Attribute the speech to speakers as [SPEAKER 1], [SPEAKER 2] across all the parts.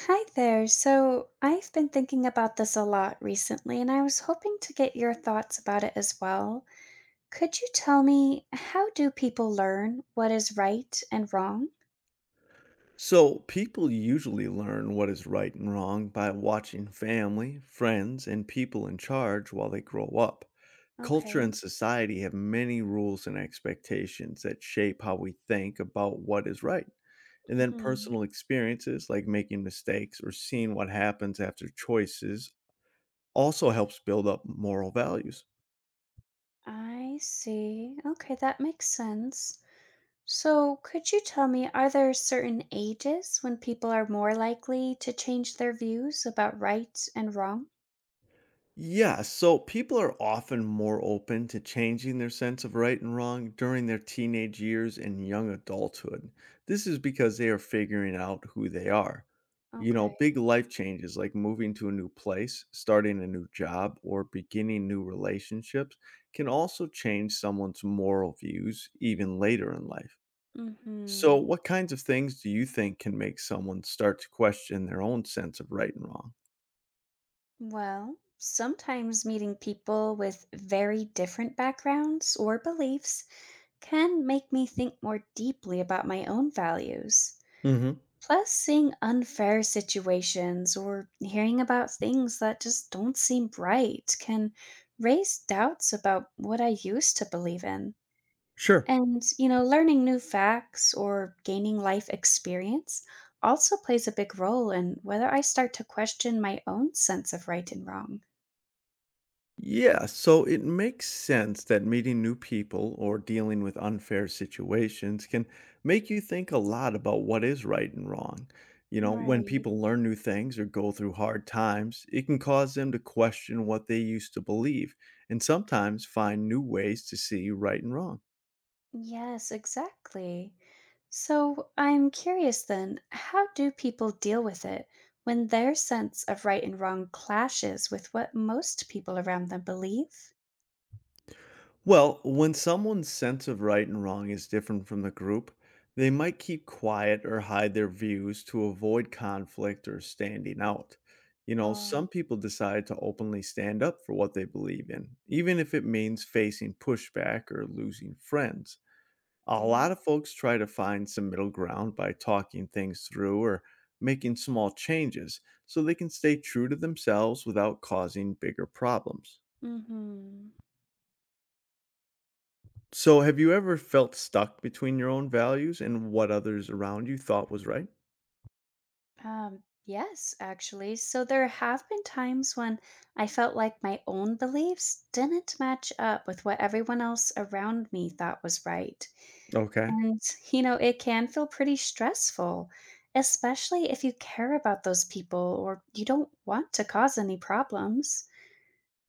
[SPEAKER 1] Hi there. So, I've been thinking about this a lot recently, and I was hoping to get your thoughts about it as well. Could you tell me, how do people learn what is right and wrong?
[SPEAKER 2] So, people usually learn what is right and wrong by watching family, friends, and people in charge while they grow up. Culture
[SPEAKER 1] Okay.
[SPEAKER 2] and society have many rules and expectations that shape how we think about what is right. And then
[SPEAKER 1] Hmm.
[SPEAKER 2] personal experiences like making mistakes or seeing what happens after choices also helps build up moral values.
[SPEAKER 1] I see. Okay, that makes sense. So, could you tell me, are there certain ages when people are more likely to change their views about right and wrong?
[SPEAKER 2] Yeah, so people are often more open to changing their sense of right and wrong during their teenage years and young adulthood. This is because they are figuring out who they are. You know,
[SPEAKER 1] Okay.
[SPEAKER 2] big life changes like moving to a new place, starting a new job, or beginning new relationships can also change someone's moral views even later in life. So,
[SPEAKER 1] Mm-hmm.
[SPEAKER 2] what kinds of things do you think can make someone start to question their own sense of right and wrong?
[SPEAKER 1] Well, sometimes meeting people with very different backgrounds or beliefs can make me think more deeply about my own values.
[SPEAKER 2] Hmm.
[SPEAKER 1] Plus, seeing unfair situations or hearing about things that just don't seem right can raise doubts about what I used to believe in.
[SPEAKER 2] Sure.
[SPEAKER 1] And, you know, learning new facts or gaining life experience also plays a big role in whether I start to question my own sense of right and wrong.
[SPEAKER 2] Yeah, so it makes sense that meeting new people or dealing with unfair situations can make you think a lot about what is right and wrong. You know, when
[SPEAKER 1] Right.
[SPEAKER 2] people learn new things or go through hard times, it can cause them to question what they used to believe and sometimes find new ways to see right and wrong.
[SPEAKER 1] Yes, exactly. So, I'm curious then, how do people deal with it when their sense of right and wrong clashes with what most people around them believe?
[SPEAKER 2] Well, when someone's sense of right and wrong is different from the group, they might keep quiet or hide their views to avoid conflict or standing out. You know,
[SPEAKER 1] Oh,
[SPEAKER 2] some people decide to openly stand up for what they believe in, even if it means facing pushback or losing friends. A lot
[SPEAKER 1] okay.
[SPEAKER 2] of folks try to find some middle ground by talking things through or making small changes so they can stay true to themselves without causing bigger problems.
[SPEAKER 1] Mm-hmm.
[SPEAKER 2] So, have you ever felt stuck between your own values and what others around you thought was right?
[SPEAKER 1] Yes, actually. So there have been times when I felt like my own beliefs didn't match up with what everyone else around me thought was right.
[SPEAKER 2] Okay.
[SPEAKER 1] And, you know, it can feel pretty stressful, especially if you care about those people or you don't want to cause any problems.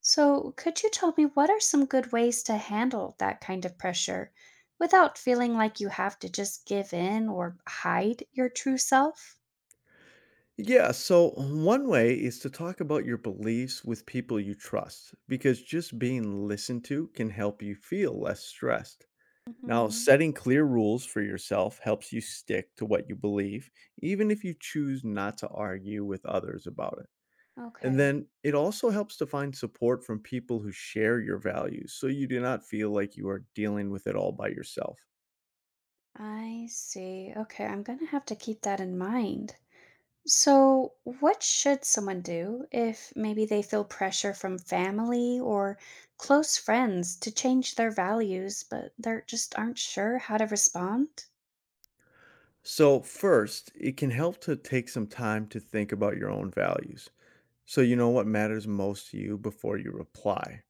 [SPEAKER 1] So, could you tell me, what are some good ways to handle that kind of pressure without feeling like you have to just give in or hide your true self?
[SPEAKER 2] Yeah, so one way is to talk about your beliefs with people you trust, because just being listened to can help you feel less stressed. Now,
[SPEAKER 1] Mhm.
[SPEAKER 2] setting clear rules for yourself helps you stick to what you believe, even if you choose not to argue with others about it. And
[SPEAKER 1] Okay,
[SPEAKER 2] then it also helps to find support from people who share your values so you do not feel like you are dealing with it all by yourself.
[SPEAKER 1] I see. Okay, I'm gonna have to keep that in mind. So, what should someone do if maybe they feel pressure from family or close friends to change their values, but they're just aren't sure how to respond?
[SPEAKER 2] So, first, it can help to take some time to think about your own values so you know what matters most to you before you reply.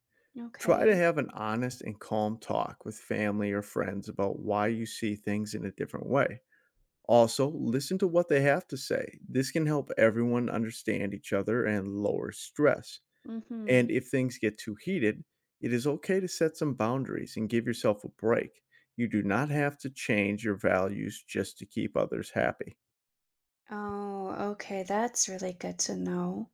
[SPEAKER 2] Try to
[SPEAKER 1] Okay.
[SPEAKER 2] have an honest and calm talk with family or friends about why you see things in a different way. Also, listen to what they have to say. This can help everyone understand each other and lower stress.
[SPEAKER 1] Mm-hmm.
[SPEAKER 2] And if things get too heated, it is okay to set some boundaries and give yourself a break. You do not have to change your values just to keep others happy.
[SPEAKER 1] Oh, okay, that's really good to know.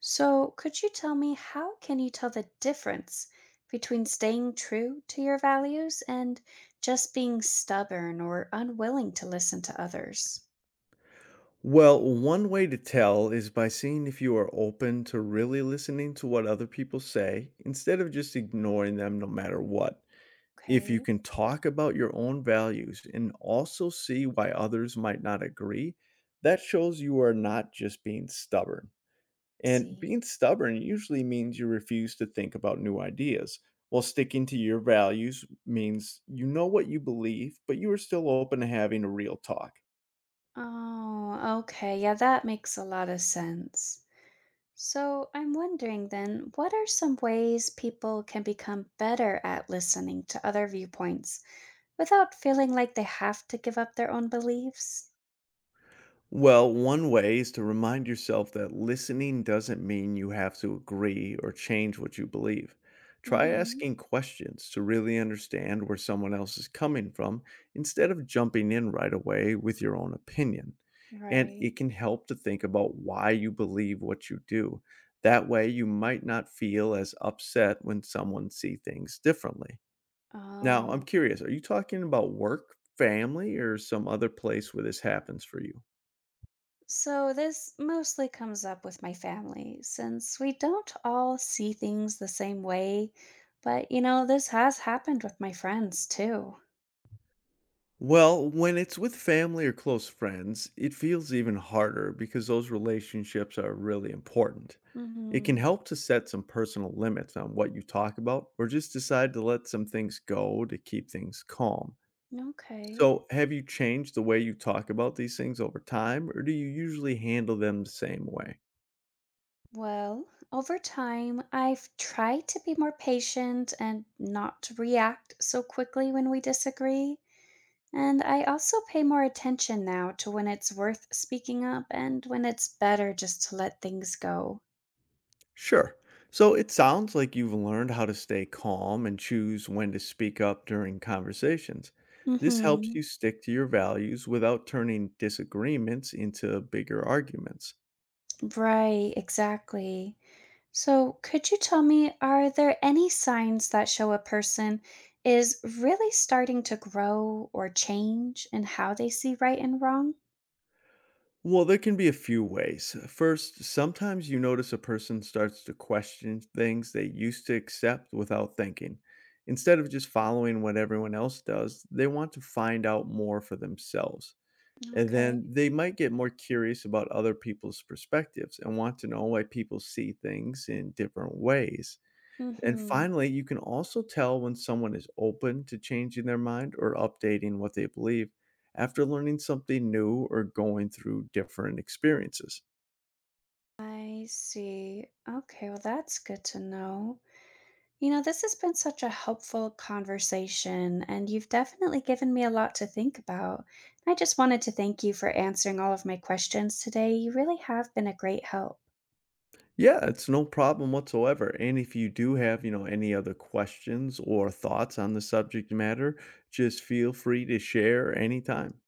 [SPEAKER 1] So, could you tell me, how can you tell the difference between staying true to your values and just being stubborn or unwilling to listen to others?
[SPEAKER 2] Well, one way to tell is by seeing if you are open to really listening to what other people say instead of just ignoring them no matter what. If you
[SPEAKER 1] Okay,
[SPEAKER 2] can talk about your own values and also see why others might not agree, that shows you are not just being stubborn.
[SPEAKER 1] let's
[SPEAKER 2] And
[SPEAKER 1] see.
[SPEAKER 2] being stubborn usually means you refuse to think about new ideas, while sticking to your values means you know what you believe, but you are still open to having a real talk.
[SPEAKER 1] Oh, okay. Yeah, that makes a lot of sense. So, I'm wondering then, what are some ways people can become better at listening to other viewpoints without feeling like they have to give up their own beliefs?
[SPEAKER 2] Well, one way is to remind yourself that listening doesn't mean you have to agree or change what you believe. Try
[SPEAKER 1] Mhm.
[SPEAKER 2] asking questions to really understand where someone else is coming from instead of jumping in right away with your own opinion. And
[SPEAKER 1] Right.
[SPEAKER 2] it can help to think about why you believe what you do. That way, you might not feel as upset when someone sees things differently. Now, I'm
[SPEAKER 1] Oh.
[SPEAKER 2] curious, are you talking about work, family, or some other place where this happens for you?
[SPEAKER 1] So, this mostly comes up with my family since we don't all see things the same way. But, you know, this has happened with my friends too.
[SPEAKER 2] Well, when it's with family or close friends, it feels even harder because those relationships are really important. It can
[SPEAKER 1] Hmm.
[SPEAKER 2] help to set some personal limits on what you talk about or just decide to let some things go to keep things calm.
[SPEAKER 1] Okay.
[SPEAKER 2] So, have you changed the way you talk about these things over time, or do you usually handle them the same way?
[SPEAKER 1] Well, over time, I've tried to be more patient and not to react so quickly when we disagree. And I also pay more attention now to when it's worth speaking up and when it's better just to let things go.
[SPEAKER 2] Sure. So it sounds like you've learned how to stay calm and choose when to speak up during conversations. This helps
[SPEAKER 1] Hmm.
[SPEAKER 2] you stick to your values without turning disagreements into bigger arguments.
[SPEAKER 1] Right, exactly. So, could you tell me, are there any signs that show a person is really starting to grow or change in how they see right and wrong?
[SPEAKER 2] Well, there can be a few ways. First, sometimes you notice a person starts to question things they used to accept without thinking. Instead of just following what everyone else does, they want to find out more for themselves. And
[SPEAKER 1] Okay.
[SPEAKER 2] then they might get more curious about other people's perspectives and want to know why people see things in different ways. And
[SPEAKER 1] Mhm.
[SPEAKER 2] finally, you can also tell when someone is open to changing their mind or updating what they believe after learning something new or going through different experiences.
[SPEAKER 1] I see. Okay, well that's good to know. You know, this has been such a helpful conversation, and you've definitely given me a lot to think about. I just wanted to thank you for answering all of my questions today. You really have been a great help.
[SPEAKER 2] Yeah, it's no problem whatsoever. And if you do have, you know, any other questions or thoughts on the subject matter, just feel free to share anytime.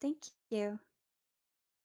[SPEAKER 1] Thank you.